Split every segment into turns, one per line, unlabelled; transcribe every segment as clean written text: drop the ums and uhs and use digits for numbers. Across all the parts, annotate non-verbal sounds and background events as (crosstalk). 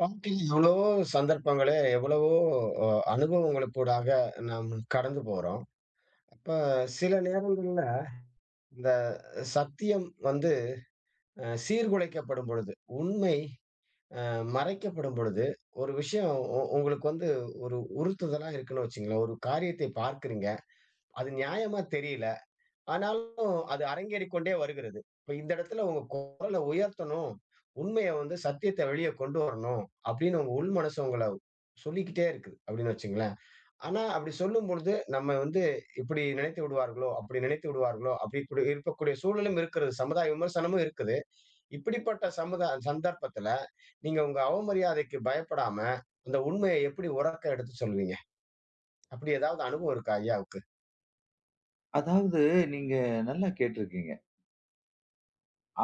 வாழ்க்கையில எவ்வளவோ சந்தர்ப்பங்களே, எவ்வளவோ அ அனுபவங்களுக்கூடாக நாம் கடந்து போறோம். அப்ப சில நேரங்கள்ல இந்த சத்தியம் வந்து சீர்குலைக்கப்படும் பொழுது, உண்மை அ மறைக்கப்படும் பொழுது, ஒரு விஷயம் உங்களுக்கு வந்து ஒரு உறுத்துதலா இருக்குன்னு வச்சுக்கங்களேன். ஒரு காரியத்தை பார்க்கிறீங்க. அது நியாயமா தெரியல. ஆனாலும் அது அரங்கேறிக் கொண்டே வருகிறது. இப்ப இந்த இடத்துல உங்க குரல உயர்த்தணும். உண்மைய வந்து சத்தியத்த வெளிய கொண்டு வரணும். அப்படின்னு உங்க உள் மனசு உங்கள சொல்லிக்கிட்டே இருக்குது அப்படின்னு வச்சுங்களேன். ஆனா அப்படி சொல்லும்பொழுது நம்ம வந்து இப்படி நினைத்து விடுவார்களோ, அப்படி நினைத்து விடுவார்களோ, அப்படி இப்படி இருக்கக்கூடிய சூழலும் இருக்கிறது. சமுதாய விமர்சனமும் இருக்குது. இப்படிப்பட்ட சந்தர்ப்பத்துல நீங்க உங்க அவமரியாதைக்கு பயப்படாம, அந்த உண்மைய எப்படி உறக்க எடுத்து சொல்லுவீங்க? அப்படி ஏதாவது அனுபவம் இருக்கா ஐயாவுக்கு?
அதாவது நீங்க நல்லா கேட்டிருக்கீங்க.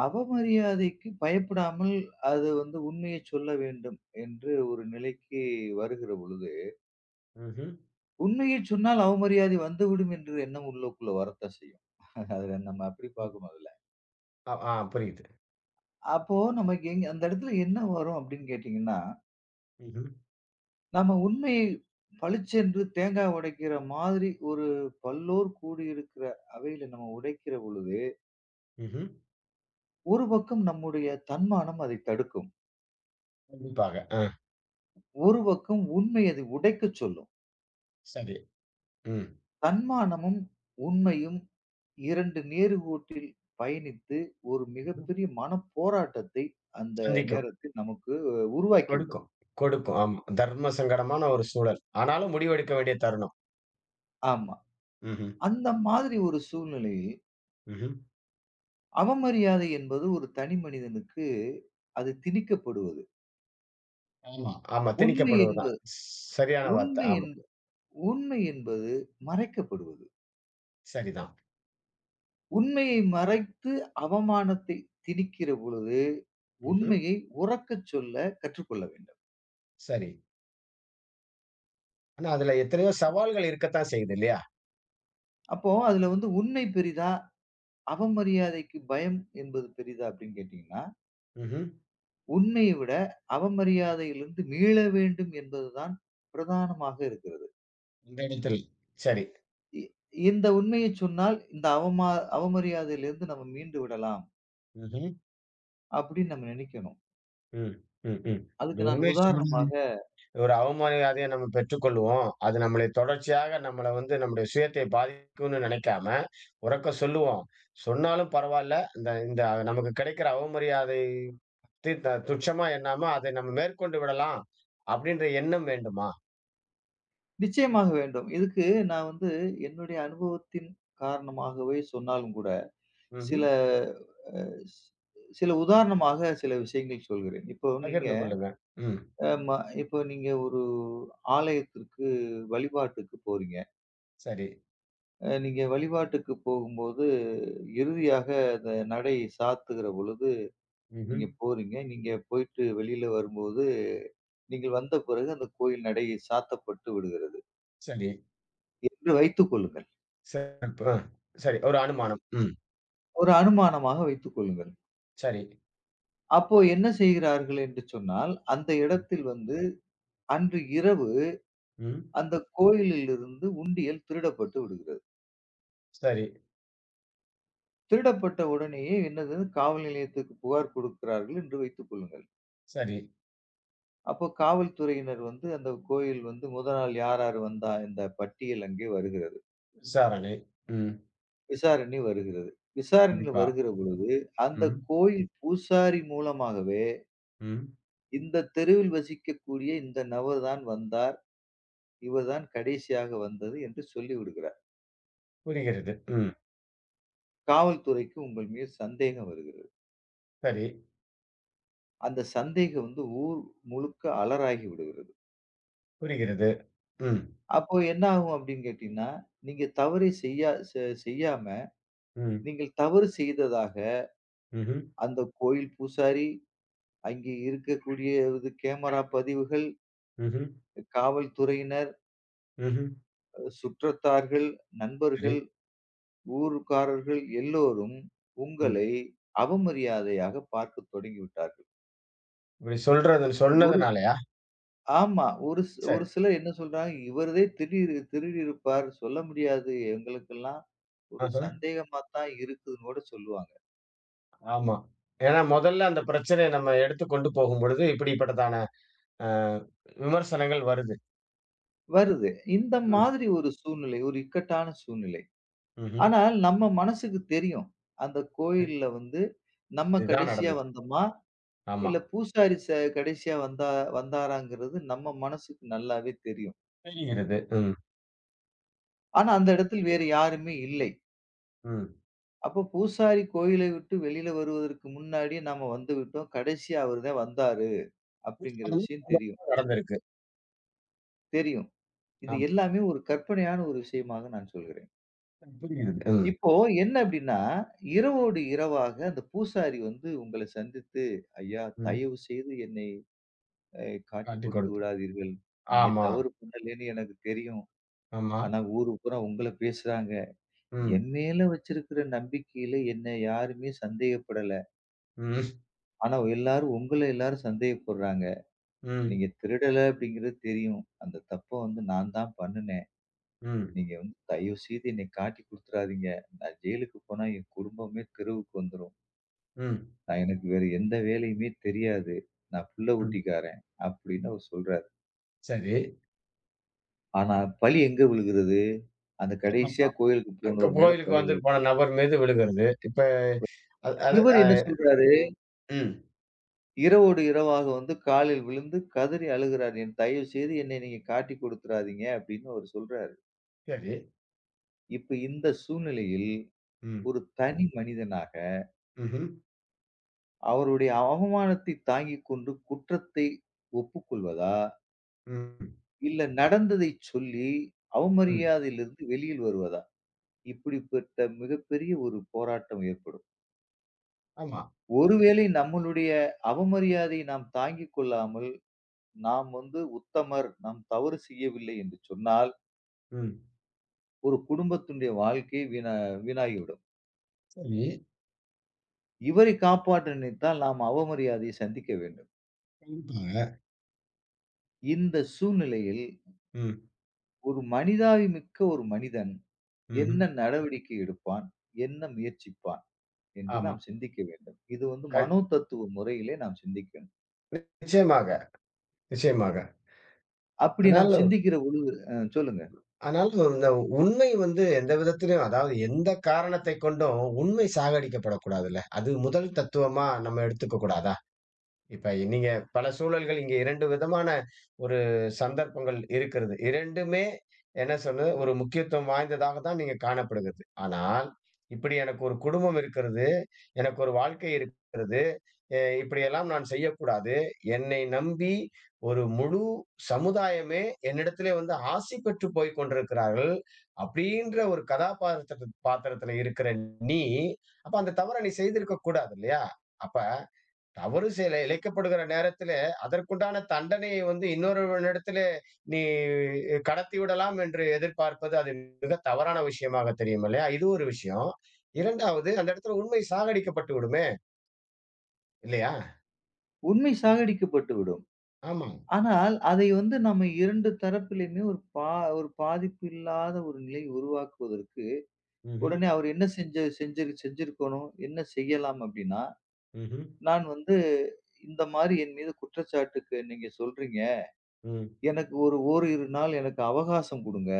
அவமரியாதைக்கு பயப்படாமல் அது வந்து உண்மையை சொல்ல வேண்டும் என்று ஒரு நிலைக்கு வருகிற பொழுது,
ம்ஹ்ம்.
உண்மையை சொன்னால் அவமரியாதை வந்துவிடும் என்ற எண்ணம் உள்ளுக்குள்ள வரத்தான் செய்யும். (laughs) அத நம்ம அப்படி
ம்.
பார்க்கணும் அதுல.
ஆ, புரியுது.
அப்போ நமக்கு அந்த இடத்துல என்ன வரும் அப்படின்னு கேட்டீங்கன்னா,
ம்ஹ்ம்.
நம்ம உண்மையை பளிச்சென்று தேங்காய் உடைக்கிற மாதிரி ஒரு பல்லோர் கூடியிருக்கிற அவையில நம்ம உடைக்கிற பொழுது,
ம்ஹ்ம்.
ஒரு பக்கம் நம்முடைய தன்மானம் அதை தடுக்கும்.
கண்டிப்பாக. ஆ,
ஒரு பக்கம் உண்மை அதை உடைக்கச் சொல்லும்.
சரி. ம்.
தன்மானமும், உண்மையும் 2 நேர்கோட்டில் பயணித்து ஒரு
ம்ஹ்ம்.
மிகப்பெரிய மனப்போராட்டத்தை அந்த
சந்திக்கும்.
நேரத்தில் நமக்கு
கொடுக்கும்.
உருவாக்கிவிடும்.
கொடுக்கும். ஆமா. தர்ம சங்கடமான ஒரு சூழல். ஆனாலும் முடிவெடுக்க வேண்டிய தருணம்.
ஆமா.
ம்ஹ்ம்.
அந்த மாதிரி ஒரு சூழ்நிலையில்
ம்ஹ்ம்.
அவமரியாதை என்பது ஒரு தனி மனிதனுக்கு அது திணிக்கப்படுவது.
ஆமா, ஆமா.
உண்மை என்ப
திணிக்கப்படுவதுதான். சரியான வார்த்தை.
உண்மை
ஆமா.
என்ப உண்மை என்பது மறைக்கப்படுவது.
சரிதான்.
உண்மையை மறைத்து அவமானத்தை திணிக்கிற பொழுது,
ம்ஹ்ம்.
உண்மையை உரக்கச் சொல்ல கற்றுக்கொள்ள வேண்டும்.
சரி. ஆனா, அதுல எத்தனையோ சவால்கள் இருக்கத்தான் செய்யுது இல்லையா?
அப்போ அதுல வந்து உண்மை பெரிதா? அவமரியாதைக்கு பயம் என்பது பெரிதா அப்படின்னு கேட்டீங்கன்னா,
ம்ஹ்ம்.
உண்மையை விட அவமரியாதையிலிருந்து மீள வேண்டும் என்பதுதான் பிரதானமாக இருக்கிறது.
இந்த இடத்தில். சரி.
இ இந்த உண்மையை சொன்னால் இந்த அவமா அவமரியாதையிலிருந்து நம்ம மீண்டு விடலாம்
ம்ஹ்ம்.
அப்படின்னு நம்ம நினைக்கணும்.
ம். ம். ம். இது
அதுக்கு நான்
உண்மைய சொல்
உதாரணமாக
ஒரு அவமானதையும் நம்ம பெற்றுக்கொள்வோம். அது நம்மளை தொடர்ச்சியாக நம்மள வந்து நம்முடைய சுயத்தை பாதிக்கும்னு நினைக்காம, உரக்க சொல்லுவோம். சொன்னாலும் பரவால்ல. இந்த இந்த நமக்கு கிடைக்கிற அவமரியாதை தி த துச்சமா எண்ணாம, அதை நம்ம மேற்கொண்டு விடலாம். அப்படின்ற எண்ணம் வேண்டுமா?
நிச்சயமாக வேண்டும். இதுக்கு நான் வந்து என்னுடைய அனுபவத்தின் காரணமாகவே சொன்னாலும் கூட,
ம்ஹ்ம்.
சில ஸ் சில உதாரணமாக சில விஷயங்கள் சொல்கிறேன். இப்போ நீங்க
பகிர்ந்து கொள்ளுங்க. ம்.
ஆமா. இப்போ நீங்க ஒரு ஆலயத்திற்கு வழிபாட்டுக்கு போறீங்க.
சரி.
நீங்க வழிபாட்டுக்கு போகும்போது, இறுதியாக அந்த நடை சாத்துகிற பொழுது
ம்ஹ்ம்.
நீங்க போறீங்க. நீங்க போயிட்டு வெளியில வரும்போது, நீங்கள் வந்த பிறகு அந்த கோயில் நடை சாத்தப்பட்டு விடுகிறது
சரி.
என்று வைத்துக் கொள்ளுங்கள்.
சிறப்பு. அ. சரி. ஒரு அனுமானம். ம்.
ஒரு அனுமானமாக வைத்துக் கொள்ளுங்கள்.
சரி.
அப்போ என்ன செய்கிறார்கள் என்று சொன்னால், அந்த இடத்தில் வந்து அன்று இரவு
ம்.
அந்த கோயிலிலிருந்து உண்டியல் திருடப்பட்டு விடுகிறது.
சரி,
திருடப்பட்ட உடனேயே என்னது காவல் நிலையத்துக்கு புகார் கொடுக்கிறார்கள் என்று வைத்துக் கொள்ளுங்கள்.
சரி.
அப்போ காவல்துறையினர் வந்து அந்த கோயில் வந்து முதல் நாள் யார் யார் வந்தா இந்த பட்டியல் அங்கே வருகிறது.
விசாரணை. ம்.
விசாரணை வருகிறது. விசாரணை
கண்டிப்பா.
வருகிற பொழுது, அந்த
ம்.
கோயில் பூசாரி மூலமாகவே
ம்.
இந்த தெருவில் வசிக்கக்கூடிய இந்த நபர் தான் வந்தார். இவர் தான் கடைசியாக வந்தது என்று சொல்லிவிடுகிறார்.
புரிகிறது. ம்.
காவல்துறைக்கு உங்கள் மீது சந்தேகம் வருகிறது.
சரி.
அந்த சந்தேகம் வந்து ஊர் முழுக்க அலராகி விடுகிறது.
புரிகிறது. ம்.
அப்போ என்ன ஆகும் அப்படின்னு கேட்டீங்கன்னா, நீங்க தவறை செய்யா செ செய்யாம,
ம்.
நீங்கள் தவறு செய்ததாக
ம்ஹ்ம்.
அந்த கோயில் பூசாரி, அங்கே இருக்கக்கூடிய இது கேமரா பதிவுகள்,
ம்ஹ்ம்.
காவல்துறையினர்,
ம்ஹ்ம்.
சுற்றத்தார்கள்,
சரி.
நண்பர்கள், ஊர்க்காரர்கள் எல்லோரும்
ம்.
உங்களை அவமரியாதையாக பார்க்கத் தொடங்கிவிட்டார்கள்.
இப்படி சொல்றது
ஒரு
சொன்னதுனாலயா?
ஆமா. ஒரு
சரி.
சிலர் என்ன சொல்றாங்க, "இவரதே திருடி திருடியிருப்பார். சொல்ல முடியாது. எங்களுக்கெல்லாம் ஒரு
ஆஹா.
சந்தேகமா தான் இருக்குதுன்னு" கூட சொல்லுவாங்க.
ஆமா. ஏன்னா முதல்ல அந்த பிரச்சனைய நம்ம எடுத்து கொண்டு போகும்பொழுது, இப்படிப்பட்டதான அ விமர்சனங்கள் வருது.
வருது. இந்த
ம்.
மாதிரி ஒரு சூழ்நிலை, ஒரு இக்கட்டான சூழ்நிலை.
ம்ஹ்ம்.
ஆனால் நம்ம மனசுக்கு தெரியும். அந்த
இது
கோயில்ல வந்து நம்ம
இதுதான்
கடைசியா
நடந்துச்சு.
வந்தோமா,
ஆமா.
இல்ல பூசாரி ச கடைசியா வந்தாராங்கிறது நம்ம மனசுக்கு நல்லாவே தெரியும்.
புரிகிறது. ம்.
ஆனா அந்த இடத்தில் வேறு யாருமே இல்லை.
ம்.
அப்போ பூசாரி கோயிலை விட்டு வெளியில வருவதற்கு முன்னாடியே நாம வந்து விட்டோம். கடைசியா அவரு தான் வந்தாரு அப்படிங்கிற விஷயம் தெரியும்
(laughs) (unintelligible) நடந்திருக்கு.
தெரியும். இது
ஆமா.
எல்லாமே ஒரு கற்பனையான ஒரு விஷயமாக நான் சொல்கிறேன்.
புரிகிறது. ம்.
இப்போ என்ன அப்படின்னா, இரவோடு இரவாக அந்த பூசாரி வந்து உங்கள சந்தித்து, "ஐயா,
ம்.
தயவு செய்து என்னை அ காட்டிக்
காட்டிக்
கொடுத்து
கொடுத்து.
விடாதீர்கள். நீங்க
ஆமா.
தவறு பண்ணலன்னு எனக்கு தெரியும்.
ஆமா.
ஆனா ஊரு பூரா உங்கள பேசுறாங்க.
ம்.
என் மேல வச்சிருக்கிற நம்பிக்கையில என்னை யாருமே சந்தேகப்படல.
ம்.
ஆனா எல்லாரும் உங்கள எல்லாரும் சந்தேகப்படுறாங்க.
ம்.
நீங்க திருடல அப்படிங்கிறது தெரியும். அந்த தப்ப வந்து நான் தான் பண்ணுனேன்.
ம்.
நீங்க வந்து தயவு செய்து என்னை காட்டிக் குடுத்துறாதீங்க. நான் ஜெயிலுக்கு போனா என் குடும்பமே தெருவுக்கு வந்துரும்."
ம்.
நான் எனக்கு வேற எந்த வேலையுமே தெரியாது. நான் புள்ள
ம்.
குட்டிக்காரன் அப்படின்னு அவர் சொல்றாரு.
சரி.
ஆனா பழி எங்க விழுகிறது? அந்த கடைசியா கோயிலுக்கு போனவர் மேல
கோயிலுக்கு
பழி
வந்துட்டு போன
விழுகிறது.
நபர் மீது விழுகிறது. இப்ப அது அது
இவர்
அ
என்ன சொல்றாரு?
ம்.
இரவோடு இரவாக வந்து காலில் விழுந்து கதறி அழுகிறார். என் தயவு செய்து என்னை நீங்க காட்டிக் கொடுத்துறாதீங்க அப்படின்னு அவர் சொல்றாரு.
சரி.
இப்ப இந்த சூழ்நிலையில்
ம்.
ஒரு தனி மனிதனாக
ம்ஹ்ம்.
அவருடைய அவமானத்தை தாங்கிக் கொண்டு குற்றத்தை ஒப்புக்கொள்வதா?
ம்.
இல்ல நடந்ததைச் சொல்லி
ம்.
அவமரியாதையிலிருந்து வெளியில் வருவதா? இப்படிப்பட்ட மிகப்பெரிய ஒரு போராட்டம் ஏற்படும்.
ஆமா.
ஒருவேளை நம்மளுடைய அவமரியாதையை நாம் தாங்கிக் கொள்ளாமல், நாம் வந்து உத்தமர், நாம் தவறு செய்யவில்லை என்று சொன்னால்,
ம்.
ஒரு குடும்பத்தினுடைய வாழ்க்கை வீணா வீணாகிவிடும்.
சரி.
இவரை காப்பாற்ற நினைத்தால் நாம் அவமரியாதையை சந்திக்க வேண்டும்.
கண்டிப்பாக.
இந்த சூழ்நிலையில்
ம்.
ஒரு மனிதாபிமிக்க ஒரு மனிதன்
ம்ஹ்ம்.
என்ன நடவடிக்கை எடுப்பான்? என்ன முயற்சிப்பான்? என்று
ஆமா.
நாம் சிந்திக்க வேண்டும். இது வந்து
கண்
மனோ தத்துவ முறையிலே நாம் சிந்திக்கணும்.
நிச்சயமாக, நிச்சயமாக.
அப்படி நாம்
ஆனாலும்
சிந்திக்கிற பொழுது சொல்லுங்க.
ஆனாலும் இந்த உண்மை வந்து எந்த விதத்திலும் அதாவது எந்த காரணத்தைக் கொண்டும் உண்மை சாகடிக்கப்படக்கூடாதுல்ல. அது முதல் தத்துவமா நம்ம எடுத்துக்கக் கூடாதா? இப்ப நீங்க பல சூழல்கள் இங்க 2 விதமான ஒரு சந்தர்ப்பங்கள் இருக்கிறது. 2மே என்ன சொல்றது? ஒரு முக்கியத்துவம் வாய்ந்ததாக தான் நீங்க காணப்படுகிறது. ஆனால், இப்படி எனக்கு ஒரு குடும்பம் இருக்கிறது, எனக்கு ஒரு வாழ்க்கை இருக்கிறது, இப்படியெல்லாம் நான் செய்யக்கூடாது. என்னை நம்பி ஒரு முழு சமுதாயமே என்னிடத்திலே வந்து ஆசி பெற்று போய்க் கொண்டிருக்கிறார்கள். அப்படின்ற ஒரு பாத்திரத்துல இருக்கிற நீ, அப்ப அந்த தவற நீ செய்திருக்கக் கூடாது இல்லையா? அப்ப தவறு செய்யல இழைக்கப்படுகிற நேரத்திலே, அதற்குண்டான தண்டனையை வந்து இன்னொருவனிடத்திலே நீ கடத்தி விடலாம் என்று எதிர்பார்ப்பது, அது மிக தவறான விஷயமாக தெரியும் இல்லையா? இது ஒரு விஷயம். 2வது அந்த இடத்துல உண்மை சாகடிக்கப்பட்டு விடுமே! இல்லையா?
உண்மை சாகடிக்கப்பட்டு விடும்.
ஆமா.
ஆனால், அதை வந்து நம்ம 2 தரப்பிலுமே ஒரு பாதிப்பு இல்லாத ஒரு நிலை உருவாக்குவதற்கு,
ம்ஹ்ம்.
உடனே அவர் என்ன செஞ்சிருக்கணும்? என்ன செய்யலாம் அப்டின்னா,
ம்ஹ்ம்.
நான் வந்து இந்த மாரி என் மீது குற்றச்சாட்டுக்கு நீங்க சொல்றீங்க.
ம்.
எனக்கு ஒரு ஓரிரு நாள் எனக்கு அவகாசம் குடுங்க.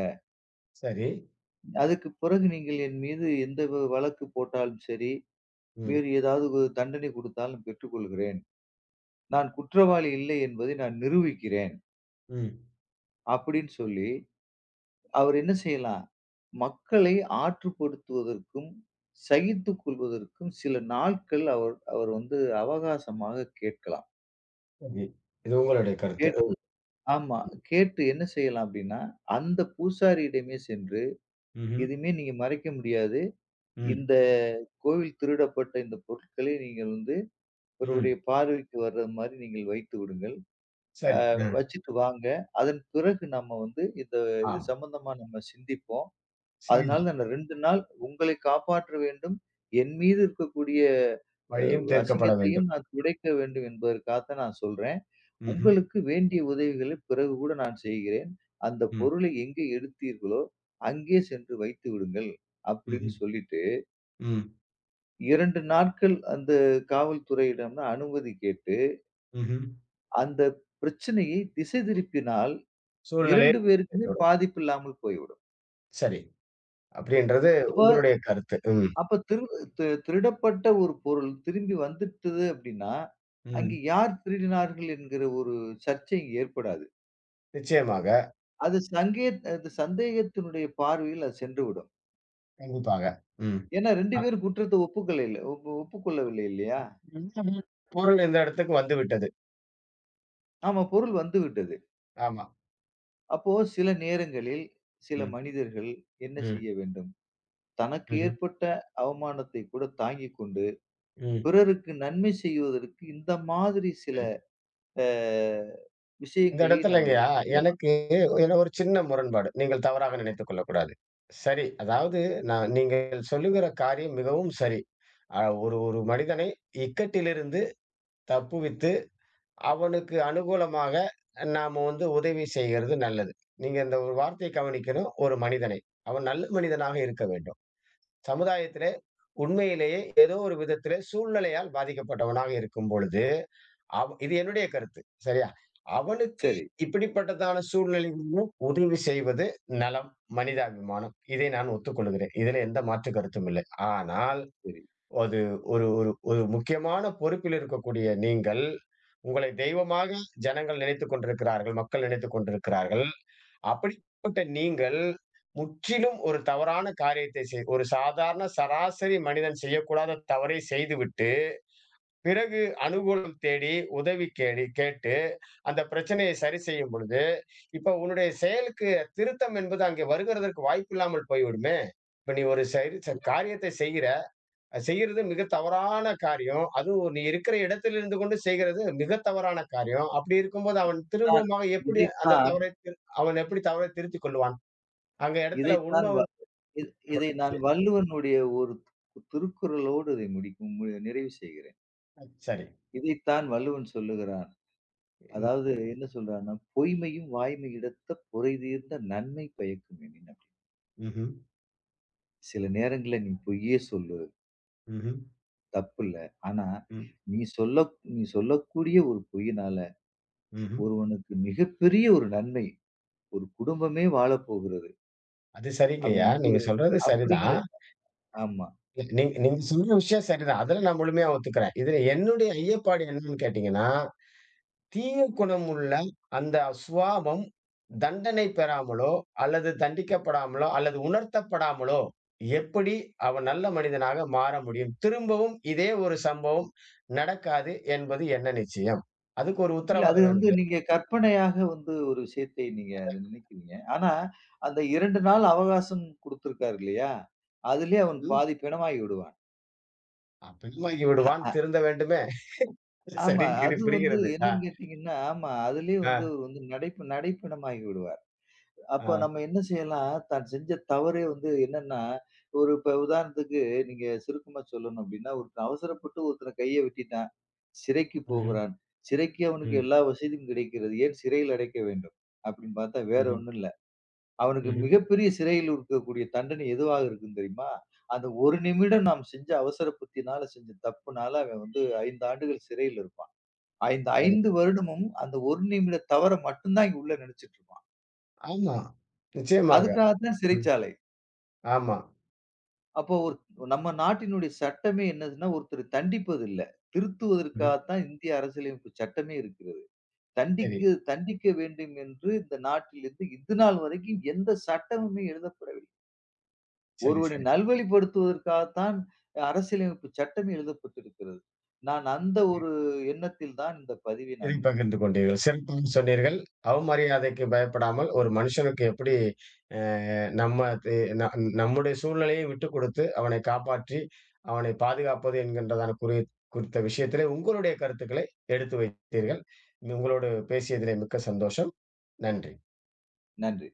சரி.
அதுக்கு பிறகு நீங்கள் என் மீது எந்த வழக்கு போட்டாலும் சரி,
ம்.
வேறு ஏதாவது ஒரு தண்டனை குடுத்தாலும் பெற்றுக்கொள்கிறேன். நான் குற்றவாளி இல்லை என்பதை நான் நிரூபிக்கிறேன்.
ம்.
அப்படின்னு சொல்லி அவர் என்ன செய்யலாம்? மக்களை ஆற்றுப்படுத்துவதற்கும், சகித்துக் கொள்வதற்கும் சில நாட்கள் அவர் அவர் வந்து அவகாசமாக கேட்கலாம்.
சரி. இது உங்களுடைய கருத்து.
கேட்டு ஆமா. கேட்டு என்ன செய்யலாம் அப்டின்னா, அந்த பூசாரியிடமே சென்று,
ம்ஹ்ம்.
"எதுவுமே நீங்க மறைக்க முடியாது.
ம்.
இந்த கோவில் திருடப்பட்ட இந்த பொருட்களை நீங்கள் வந்து
ம்.
இவருடைய பார்வைக்கு வர்ற மாரி நீங்கள் வைத்து விடுங்கள்.
சரி. அ.
வச்சுட்டு வாங்க. அதன் பிறகு நம்ம வந்து இந்த இது
ஆம்.
சம்பந்தமா நம்ம சிந்திப்போம்."
சரி.
அதனால நான் 2 நாள் உங்களை காப்பாற்ற வேண்டும். என் மீது இருக்கக்கூடிய
வழியும் தீர்க்கப்பட
அசிங்கத்தையும்
வேண்டும்.
நான் துடைக்க வேண்டும் என்பதற்காகத்தான் நான் சொல்றேன்.
ம்ஹ்ம்.
உங்களுக்கு வேண்டிய உதவிகளை பிறகு கூட நான் செய்கிறேன். அந்த
ம்.
பொருளை எங்கே எடுத்தீர்களோ, அங்கே சென்று வைத்து விடுங்கள்." அப்படின்னு
ம்ஹ்ம்.
சொல்லிட்டு
ம்.
2 நாட்கள் அந்த காவல்துறையிடம் நான் அனுமதி கேட்டு,
ம்ஹ்ம்.
அந்த பிரச்சனையை திசை திருப்பினால்
சூழ்நிலை
2 பேருக்குமே பாதிப்பு இல்லாமல் போய்விடும்.
சரி. அப்படின்றது
அப்ப
உங்களுடைய கருத்து. ம்.
அப்ப திரு தி திருடப்பட்ட ஒரு பொருள் திரும்பி வந்துட்டது அப்படின்னா,
ம்.
அங்கே யார் திருடினார்கள் என்கிற ஒரு சர்ச்சை இங்க ஏற்படாது.
நிச்சயமாக.
அது சங்கே அது சந்தேகத்தினுடைய பார்வையில் அது சென்றுவிடும்.
கண்டிப்பாக. ம்.
ஏன்னா 2
அ
பேரும் குற்றத்தை ஒப்புக்கலைல ஒப்பு ஒப்புக்கொள்ளவில்லை இல்லையா?
ம். பொருள் இந்த இடத்துக்கு வந்துவிட்டது.
ஆமா பொருள் வந்துவிட்டது.
ஆமா.
அப்போ சில நேரங்களில் சில
ம்.
மனிதர்கள் என்ன
ம்.
செய்ய வேண்டும்? தனக்கு
ம்ஹ்ம்.
ஏற்பட்ட அவமானத்தை கூட தாங்கிக் கொண்டு,
ம்.
பிறருக்கு நன்மை செய்வதற்கு இந்த மாதிரி சில
சரி.
அ
இந்த
விஷயங்களை நாம்
இடத்துலங்கயா,
எடுத்துக் கொள்ளலாம்.
எனக்கு இதுல ஒரு சின்ன முரண்பாடு. நீங்கள் தவறாக நினைத்துக் கொள்ளக்கூடாது. சரி, அதாவது நான் நீங்கள் சொல்லுகிற காரியம் மிகவும் சரி. ஒரு ஒரு மனிதனை இக்கட்டிலிருந்து தப்புவித்து அவனுக்கு அனுகூலமாக நாம வந்து உதவி செய்கிறது நல்லது. நீங்க இந்த ஒரு வார்த்தையை கவனிக்கணும். ஒரு மனிதனை. அவன் நல்ல மனிதனாக இருக்க வேண்டும். சமுதாயத்திலே உண்மையிலேயே ஏதோ ஒரு விதத்திலே சூழ்நிலையால் பாதிக்கப்பட்டவனாக இருக்கும் பொழுது, இது என்னுடைய கருத்து. சரியா? அவனுக்கு
சரி.
இப்படிப்பட்டதான சூழ்நிலையிலும் உதவி செய்வது நலம், மனிதாபிமானம். இதை நான் ஒத்துக்கொள்கிறேன். இதிலே எந்த மாற்று கருத்தும் இல்லை. ஆனால்
சரி.
அது ஒரு ஒரு ஒரு முக்கியமான பொறுப்பில் இருக்கக்கூடிய நீங்கள், உங்களை தெய்வமாக ஜனங்கள் நினைத்துக் கொண்டிருக்கிறார்கள். மக்கள் நினைத்துக் கொண்டிருக்கிறார்கள். அப்படிப்பட்ட நீங்கள் முற்றிலும் ஒரு தவறான காரியத்தை ஒரு சாதாரண சராசரி மனிதன் செய்யக்கூடாத தவறை செய்துவிட்டு, பிறகு அனுகூலம் தேடி, உதவி கேட்டு அந்த பிரச்சனையை சரி செய்யும் பொழுது, இப்ப உன்னுடைய செயலுக்கு திருத்தம் என்பது அங்கே வருகிறதற்கு வாய்ப்பில்லாமல் போய்விடுமே! இப்ப நீ ஒரு செயல் ச காரியத்தை செய்கிற. செய்யறது மிக தவறான காரியம். அதுவும் நீ இருக்கிற இடத்தில் இருந்து கொண்டு செய்கிறது மிக தவறான காரியம். அப்படி இருக்கும்போது அவன்
தான்
திரும்பவுமாக எப்படி அந்த
இதைத்தான்
தவறை அவன் எப்படி தவறை திருத்திக் கொள்வான்? அங்க இடத்துல
இதைத்தான்
உண்மை
வ
வந்து
இ இதை நான்
பட்டுச்சு.
வள்ளுவனுடைய ஒரு திருக்குறளோடு இதை முடிக்கும் மு நிறைவு செய்கிறேன்.
சரி.
இதைத்தான் வள்ளுவன் சொல்லுகிறான்.
ம்.
அதாவது என்ன சொல்றான்னா, "பொய்மையும் வாய்மை இடத்த பொறைதீர்ந்த நன்மை பயக்கும் எனினும்."
ம்ஹ்ம்.
சில நேரங்கள்ல நீ பொய்யே சொல்லு,
ம்ஹ்ம்.
தப்பில்ல. ஆனா,
ம்.
நீ சொல்ல நீ சொல்லக்கூடிய ஒரு பொய்யினால
ம்ஹ்ம்.
ஒருவனுக்கு மிகப்பெரிய ஒரு நன்மை. ஒரு குடும்பமே வாழப்போகிறது.
அது
அவன்
சரிங்கய்யா.
வந்து
நீங்க சொல்றது
அப்படிங்கிற
சரிதான்.
ஆமா.
நீங்க சொல்ற விஷயம் சரிதான். அதுல நான் முழுமையா ஒத்துக்கிறேன். இதுல என்னுடைய ஐயப்பாடு என்னன்னு கேட்டீங்கன்னா தீய குணமுள்ள அந்த சுவாபம் தண்டனை பெறாமலோ, அல்லது தண்டிக்கப்படாமலோ, அல்லது உணர்த்தப்படாமலோ, எப்படி அவன் நல்ல மனிதனாக மாற முடியும்? திரும்பவும் இதே ஒரு சம்பவம் நடக்காது என்பது என்ன நிச்சயம்? அதுக்கு ஒரு
இல்ல அது
உத்தரவாதம் வேணும்
வந்து
இல்லையா?
நீங்க கற்பனையாக வந்து ஒரு விஷயத்தை நீங்க அத நினைக்கிறீங்க. ஆனா, அந்த 2 நாள் அவகாசம் குடுத்திருக்காரு இல்லையா? அதிலயே அவன்
ம்.
பாதி பிணமாகி விடுவான்.
பெண்மாகி விடுவான் திருந்த வேண்டுமே.
ஆமா.
சரின்னு இது
அது வந்து
புரிகிறது. ஆ,
என்னன்னு கேட்டீங்கன்னா, ஆமா. அதிலயே
ஆ,
வந்து அவர் வந்து நடைப்பிணமாகி விடுவார். அப்ப
ஆ.
நம்ம என்ன செய்யலாம்? தான் செஞ்ச தவறே வந்து என்னன்னா, ஒரு இப்ப உதாரணத்துக்கு நீங்க சுருக்கமா சொல்லணும் அப்டின்னா, ஒருத்தன் கைய வெட்டிட்டான். சிறைக்கு
ம்ஹ்ம்.
போகிறான். சிறைக்கு அவனுக்கு
ம்.
எல்லா வசதியும் கிடைக்கிறது. ஏன் சிறையில் அடைக்க வேண்டும்? அப்டின்னு பார்த்தா வேற
ம்ஹ்ம்.
ஒண்ணும் இல்ல. அவனுக்கு
ம்ஹ்ம்.
மிகப்பெரிய சிறையில் இருக்கக்கூடிய தண்டனை எதுவாக இருக்கும் தெரியுமா? அந்த 1 நிமிடம் நாம் செஞ்ச அவசர புத்தியினால செஞ்ச தப்புனால அவன் வந்து 5 ஆண்டுகள் சிறையில இருப்பான். இந்த
சரி.
5 வருடமும் அந்த 1 நிமிட தவற மட்டும் தான் இங்க உள்ள நினைச்சிட்டு இருப்பான்.
ஆமா. நிச்சயமாக.
அதுக்காக தான்
ம்.
சிறைச்சாலை.
ஆமா.
அப்போ ஒரு நம்ம நாட்டினுடைய சட்டமே என்னதுன்னா, ஒருத்தர தண்டிப்பது இல்ல. திருத்துவதற்காக
ம்.
தான் இந்திய அரசியலமைப்பு சட்டமே இருக்கிறது.
சரி.
தண்டிக்க தண்டிக்க வேண்டும் என்று இந்த நாட்டிலிருந்து இது நாள் வரைக்கும் எந்த சட்டமுமே எழுதப்படவில்லை.
சரி,
ஒருவனை
சரி.
நல்வழிப்படுத்துவதற்காகத்தான் அரசியலமைப்பு சட்டம் எழுதப்பட்டிருக்கிறது. நான் அந்த ஒரு எண்ணத்தில் தான் இந்த பதிவை நான்
இதைப்
உங்களுக்கு
பகிர்ந்து
பதிவு
கொண்டீர்கள். சிறப்பாக சொன்னீர்கள். அவமரியாதைக்கு பயப்படாமல் ஒரு மனுஷனுக்கு எப்படி அ நம்ம து ந நம்முடைய சூழ்நிலையை விட்டுக் கொடுத்து அவனை காப்பாற்றி, அவனை பாதுகாப்பது என்கின்றதான குறித்த விஷயத்திலே உங்களுடைய கருத்துக்களை எடுத்து வைத்தீர்கள். உங்களோடு பேசியதிலே மிக்க சந்தோஷம். நன்றி.
நன்றி.